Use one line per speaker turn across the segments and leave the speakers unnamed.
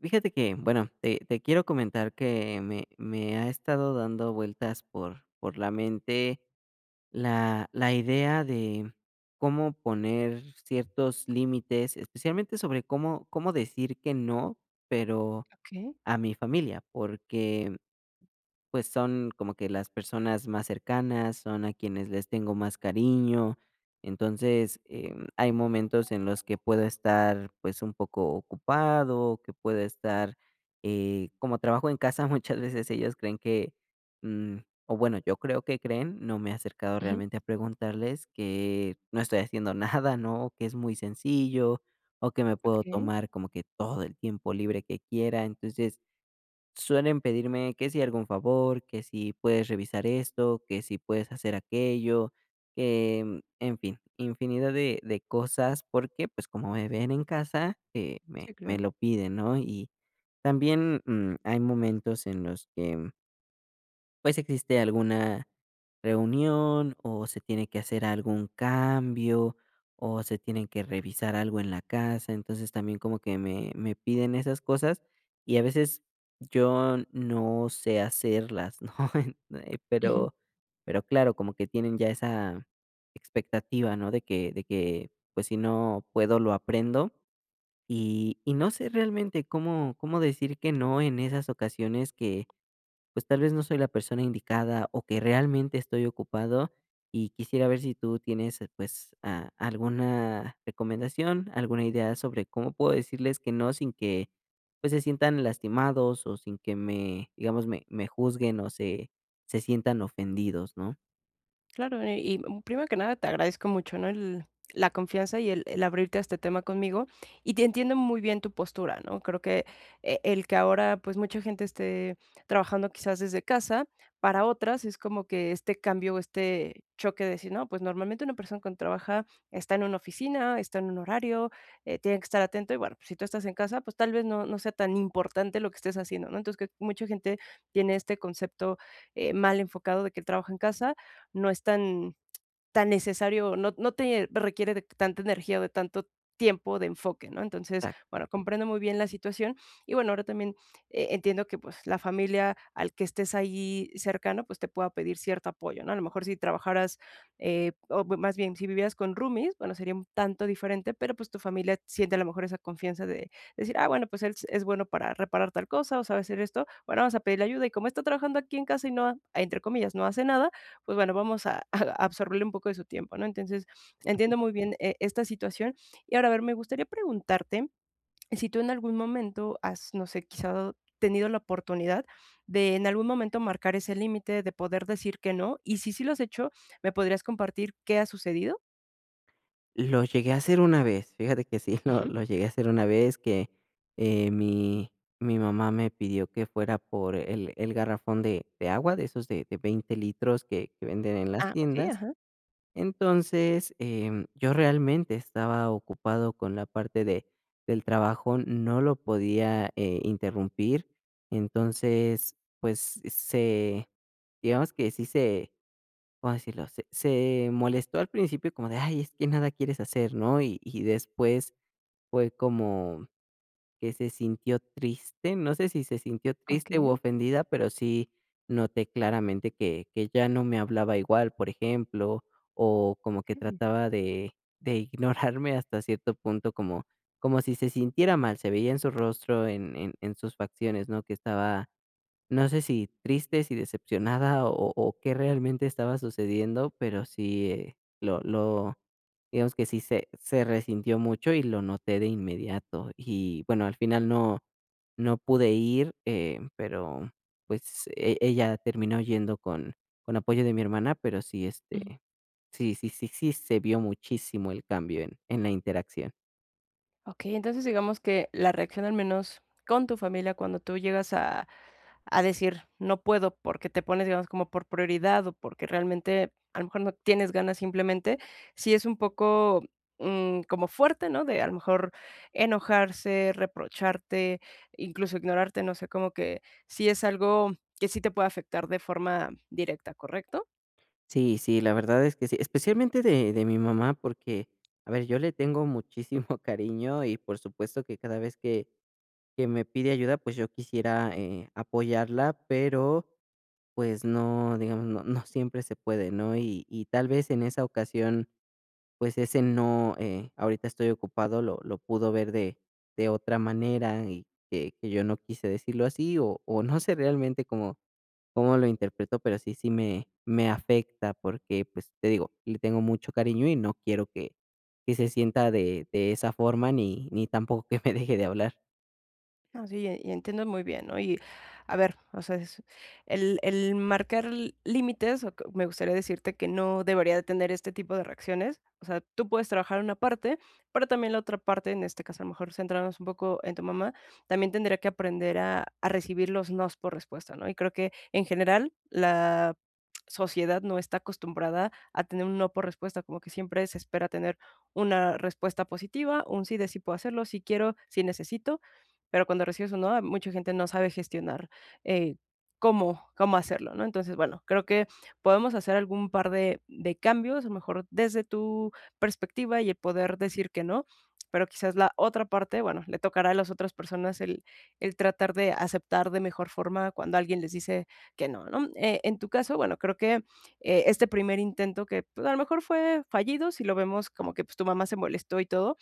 Fíjate que, bueno, te quiero comentar que me ha estado dando vueltas por la mente la idea de cómo poner ciertos límites, especialmente sobre cómo decir que no, pero
Okay.
a mi familia, porque pues son como que las personas más cercanas, son a quienes les tengo más cariño. Entonces, hay momentos en los que puedo estar pues un poco ocupado, que puedo estar, como trabajo en casa, muchas veces ellos creen que, mm, o bueno, yo creo que creen, no me he acercado
Ujú.
realmente a preguntarles que no estoy haciendo nada, ¿no? Que es muy sencillo o que me puedo
Okay.
tomar como que todo el tiempo libre que quiera. Entonces, suelen pedirme que si algún favor, que si puedes revisar esto, que si puedes hacer aquello, que, en fin, infinidad de cosas, porque pues como me ven en casa, me,
Sí,
me
claro.
lo piden, ¿no? Y también hay momentos en los que pues, existe alguna reunión, o se tiene que hacer algún cambio, o se tienen que revisar algo en la casa. Entonces, también como que me piden esas cosas, y a veces yo no sé hacerlas, ¿no? Eh,
Ujú.
pero pero claro, como que tienen ya esa expectativa, ¿no? De que, pues, si no puedo, lo aprendo. Y no sé realmente cómo decir que no en esas ocasiones que pues tal vez no soy la persona indicada o que realmente estoy ocupado y quisiera ver si tú tienes pues alguna recomendación, alguna idea sobre cómo puedo decirles que no sin que pues se sientan lastimados o sin que me, digamos, me juzguen o se sientan ofendidos, ¿no?
Claro, y primero que nada te agradezco mucho, ¿no? La confianza y el abrirte a este tema conmigo. Y te entiendo muy bien tu postura, ¿no? Creo que el que ahora pues mucha gente esté trabajando quizás desde casa, para otras es como que este cambio, este choque de decir, no, pues normalmente una persona cuando trabaja está en una oficina, está en un horario, tiene que estar atento y bueno, pues, si tú estás en casa, pues tal vez no, no sea tan importante lo que estés haciendo, ¿no? Entonces que mucha gente tiene este concepto mal enfocado de que trabaja en casa no es tan necesario, no te requiere de tanta energía o de tanto tiempo de enfoque, ¿no? Entonces, bueno, comprendo muy bien la situación y bueno, ahora también, entiendo que, pues, la familia al que estés ahí cercano, pues, te pueda pedir cierto apoyo, ¿no? A lo mejor si trabajaras, o más bien si vivieras con roomies, bueno, sería un tanto diferente, pero, pues, tu familia siente a lo mejor esa confianza de decir: "Ah, bueno, pues él es bueno para reparar tal cosa o sabe hacer esto, bueno, vamos a pedirle ayuda y como está trabajando aquí en casa y no, entre comillas, no hace nada, pues bueno, vamos a a absorberle un poco de su tiempo, ¿no? Entonces, entiendo muy bien, esta situación. Y ahora, a ver, me gustaría preguntarte si tú en algún momento has, no sé, quizá tenido la oportunidad de en algún momento marcar ese límite, de poder decir que no, y si sí lo has hecho, ¿me podrías compartir qué ha sucedido?
Lo llegué a hacer una vez, fíjate que sí, lo
Ujú.
lo llegué a hacer una vez que, mi mamá me pidió que fuera por el garrafón de agua, de esos de 20 litros que venden en las
Ah, okey,
tiendas.
ajá,
Entonces, yo realmente estaba ocupado con la parte de del trabajo, no lo podía, interrumpir. Entonces, pues, se digamos que sí se, ¿cómo decirlo? Se molestó al principio como de: "Ay, es que nada quieres hacer", ¿no? Y después fue como que se sintió triste, no sé si se sintió triste u
okey,
ofendida, pero sí noté claramente que ya no me hablaba igual, por ejemplo, o como que
okey.
trataba de ignorarme hasta cierto punto, como como si se sintiera mal, se veía en su rostro, en sus facciones, ¿no? Que estaba no sé si triste, si decepcionada o qué realmente estaba sucediendo, pero sí, lo digamos que sí se resintió mucho y lo noté de inmediato. Y bueno, al final no no pude ir, pero, pues, ella terminó yendo con apoyo de mi hermana, pero sí, este,
Ujú.
sí se vio muchísimo el cambio en la interacción.
Okey, entonces digamos que la reacción al menos con tu familia cuando tú llegas a decir, no puedo porque te pones, digamos, como por prioridad o porque realmente a lo mejor no tienes ganas simplemente, sí es un poco, como fuerte, ¿no? De a lo mejor enojarse, reprocharte, incluso ignorarte, no sé, como que sí es algo que sí te puede afectar de forma directa, ¿correcto?
Sí, sí, la verdad es que sí, especialmente de mi mamá, porque, a ver, yo le tengo muchísimo cariño y por supuesto que cada vez que me pide ayuda, pues, yo quisiera, apoyarla, pero, pues, no, digamos, no no siempre se puede, ¿no? Y tal vez en esa ocasión, pues, ese no, ahorita estoy ocupado, lo pudo ver de otra manera y que yo no quise decirlo así, o no sé realmente como cómo lo interpreto, pero sí, sí me afecta porque, pues, te digo, le tengo mucho cariño y no quiero que se sienta de esa forma, ni ni tampoco que me deje de hablar.
No, sí, y entiendo muy bien, ¿no? Y a ver, o sea, es el marcar l límites, o co me gustaría decirte que no debería de tener este tipo de reacciones. O sea, tú puedes trabajar una parte, pero también la otra parte, en este caso, a lo mejor centrarnos un poco en tu mamá, también tendría que aprender a recibir los nos por respuesta, ¿no? Y creo que, en general, la sociedad no está acostumbrada a tener un no por respuesta, como que siempre se espera tener una respuesta positiva, un sí de sí puedo hacerlo, si quiero, si necesito, pero cuando recibes un no, mucha gente no sabe gestionar, eh, cómo hacerlo, ¿no? Entonces, bueno, creo que podemos hacer algún par de cambios, a lo mejor desde tu perspectiva y el poder decir que no, pero quizás la otra parte, bueno, le tocará a las otras personas el tratar de aceptar de mejor forma cuando alguien les dice que no, ¿no? En tu caso, bueno, creo que, este primer intento que, pues, a lo mejor fue fallido, si lo vemos como que, pues, tu mamá se molestó y todo,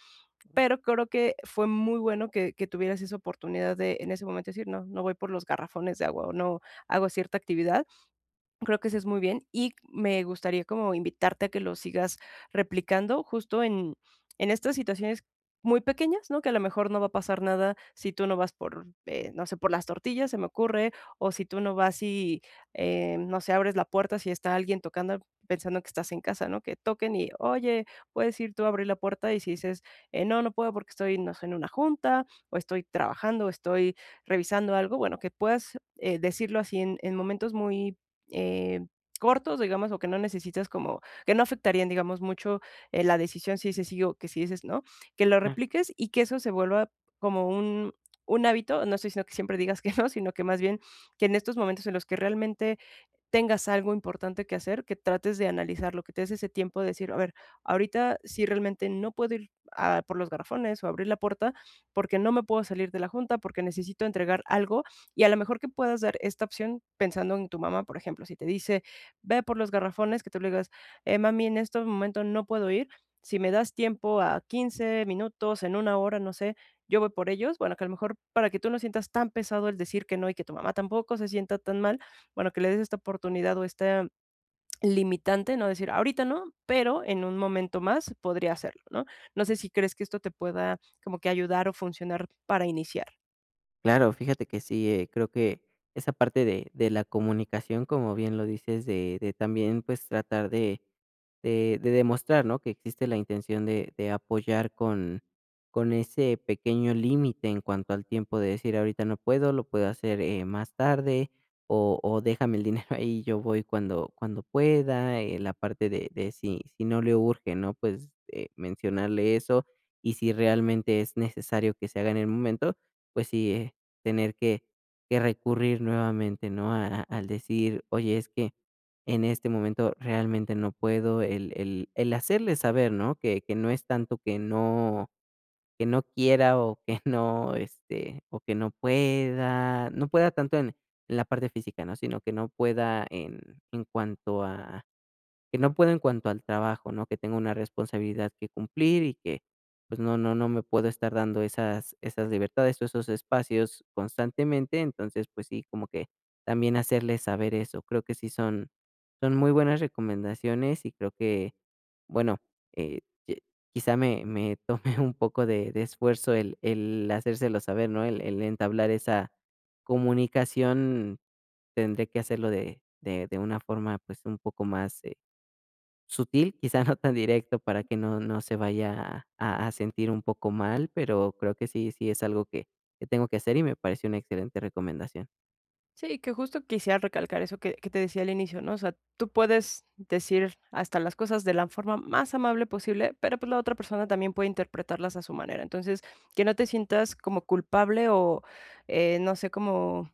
pero creo que fue muy bueno que tuvieras esa oportunidad de, en ese momento, decir: "No, no voy por los garrafones de agua, o no hago cierta actividad". Creo que ese es muy bien y me gustaría como invitarte a que lo sigas replicando justo en estas situaciones muy pequeñas, ¿no? Que a lo mejor no va a pasar nada si tú no vas por, no sé, por las tortillas, se me ocurre, o si tú no vas y, no sé, abres la puerta si está alguien tocando, pensando que estás en casa, ¿no? Que toquen y, oye, puedes ir tú a abrir la puerta y si dices, no, no puedo porque estoy, no sé, en una junta o estoy trabajando o estoy revisando algo, bueno, que puedas decirlo así en momentos muy eh, cortos, digamos, o que no necesitas como que no afectarían, digamos, mucho, la decisión si dices sí o que si dices no, que lo repliques y que eso se vuelva como un hábito. No estoy diciendo que siempre digas que no, sino que más bien que en estos momentos en los que realmente tengas algo importante que hacer, que trates de analizarlo, que te des ese tiempo de decir, a ver, ahorita sí realmente no puedo ir a por los garrafones o abrir la puerta porque no me puedo salir de la junta, porque necesito entregar algo y a lo mejor que puedas dar esta opción pensando en tu mamá, por ejemplo, si te dice, ve por los garrafones, que tú le digas, mami, en este momento no puedo ir, si me das tiempo a 15 minutos, en una hora, no sé, yo voy por ellos, bueno, que a lo mejor para que tú no sientas tan pesado el decir que no y que tu mamá tampoco se sienta tan mal, bueno, que le des esta oportunidad o esta limitante, no decir ahorita no, pero en un momento más podría hacerlo, ¿no? No sé si crees que esto te pueda como que ayudar o funcionar para iniciar.
Claro, fíjate que sí, creo que esa parte de la comunicación, como bien lo dices, de también, pues, tratar de de demostrar, ¿no?, que existe la intención de apoyar con ese pequeño límite en cuanto al tiempo de decir: "Ahorita no puedo, lo puedo hacer, más tarde", o "Déjame el dinero ahí, yo voy cuando cuando pueda", la parte de si si no le urge, ¿no?, pues, mencionarle eso, y si realmente es necesario que se haga en el momento, pues sí, tener que recurrir nuevamente, ¿no? A al decir: "Oye, es que en este momento realmente no puedo", el hacerle saber, ¿no? Que no es tanto que no quiera o que no, este, o que no pueda, no pueda tanto en la parte física, ¿no? Sino que no pueda en cuanto a que no puedo en cuanto al trabajo, ¿no? Que tengo una responsabilidad que cumplir y que, pues, no no no me puedo estar dando esas esas libertades o esos espacios constantemente. Entonces, pues sí, como que también hacerles saber eso. Creo que sí son son muy buenas recomendaciones y creo que, bueno, eh, que quizá me tome un poco de esfuerzo el hacérselo saber, ¿no? El entablar esa comunicación, tendré que hacerlo de de una forma, pues, un poco más, sutil, quizá no tan directo para que no no se vaya a sentir un poco mal, pero creo que sí sí es algo que tengo que hacer y me parece una excelente recomendación.
Sí, que justo quisiera recalcar eso que, te decía al inicio, ¿no? O sea, tú puedes decir hasta las cosas de la forma más amable posible, pero pues la otra persona también puede interpretarlas a su manera. Entonces, que no te sientas como culpable o no sé, como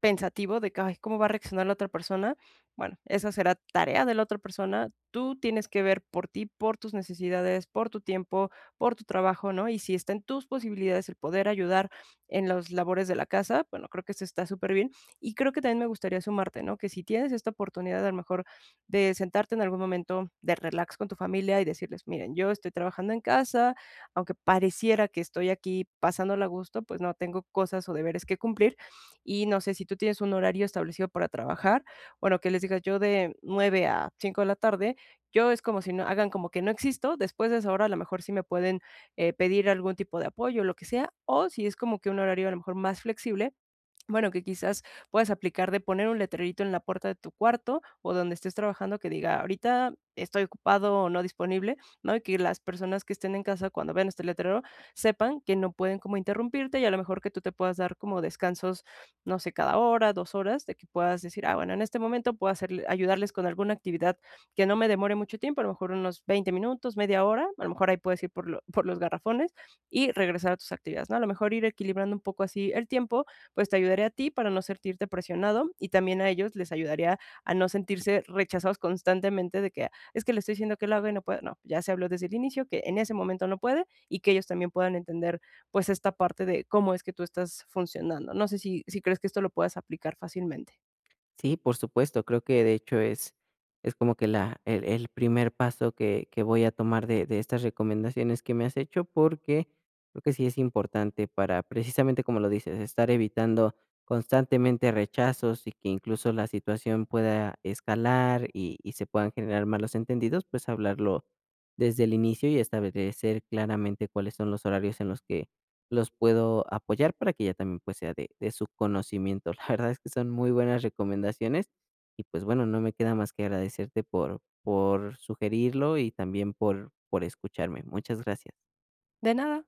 pensativo de que: "Ay, ¿cómo va a reaccionar la otra persona?". Bueno, esa será tarea de la otra persona. Tú tienes que ver por ti, por tus necesidades, por tu tiempo, por tu trabajo, ¿no? Y si está en tus posibilidades el poder ayudar en las labores de la casa, bueno, creo que eso está súper bien. Y creo que también me gustaría sumarte, ¿no? Que si tienes esta oportunidad, a lo mejor, de sentarte en algún momento de relax con tu familia y decirles: "Miren, yo estoy trabajando en casa, aunque pareciera que estoy aquí pasándola a gusto, pues no, tengo cosas o deberes que cumplir" y no sé si tú tienes un horario establecido para trabajar, bueno, que les digas yo de 9 a 5 de la tarde, yo es como si no hagan como que no existo, después de esa hora a lo mejor sí me pueden, pedir algún tipo de apoyo, lo que sea, o si es como que un horario a lo mejor más flexible, bueno, que quizás puedas aplicar de poner un letrerito en la puerta de tu cuarto o donde estés trabajando que diga: "Ahorita estoy ocupado o no disponible", ¿no? Y que las personas que estén en casa cuando vean este letrero sepan que no pueden como interrumpirte y a lo mejor que tú te puedas dar como descansos, no sé, cada hora, 2 horas, de que puedas decir: "Ah, bueno, en este momento puedo hacer ayudarles con alguna actividad que no me demore mucho tiempo", a lo mejor unos 20 minutos, media hora, a lo mejor ahí puedes ir por lo por los garrafones y regresar a tus actividades, ¿no? A lo mejor ir equilibrando un poco así el tiempo pues te ayudaría a ti para no sentirte presionado y también a ellos les ayudaría a no sentirse rechazados constantemente de que es que le estoy diciendo que lo haga y no puede. No, ya se habló desde el inicio que en ese momento no puede y que ellos también puedan entender pues esta parte de cómo es que tú estás funcionando. No sé si, crees que esto lo puedas aplicar fácilmente.
Sí, por supuesto, creo que de hecho es como que la, el primer paso que voy a tomar de estas recomendaciones que me has hecho, porque creo que sí es importante para, precisamente como lo dices, estar evitando constantemente rechazos y que incluso la situación pueda escalar y se puedan generar malos entendidos, pues hablarlo desde el inicio y establecer claramente cuáles son los horarios en los que los puedo apoyar para que ya también, pues, sea de su conocimiento. La verdad es que son muy buenas recomendaciones y, pues, bueno, no me queda más que agradecerte por sugerirlo y también por escucharme. Muchas gracias.
De nada.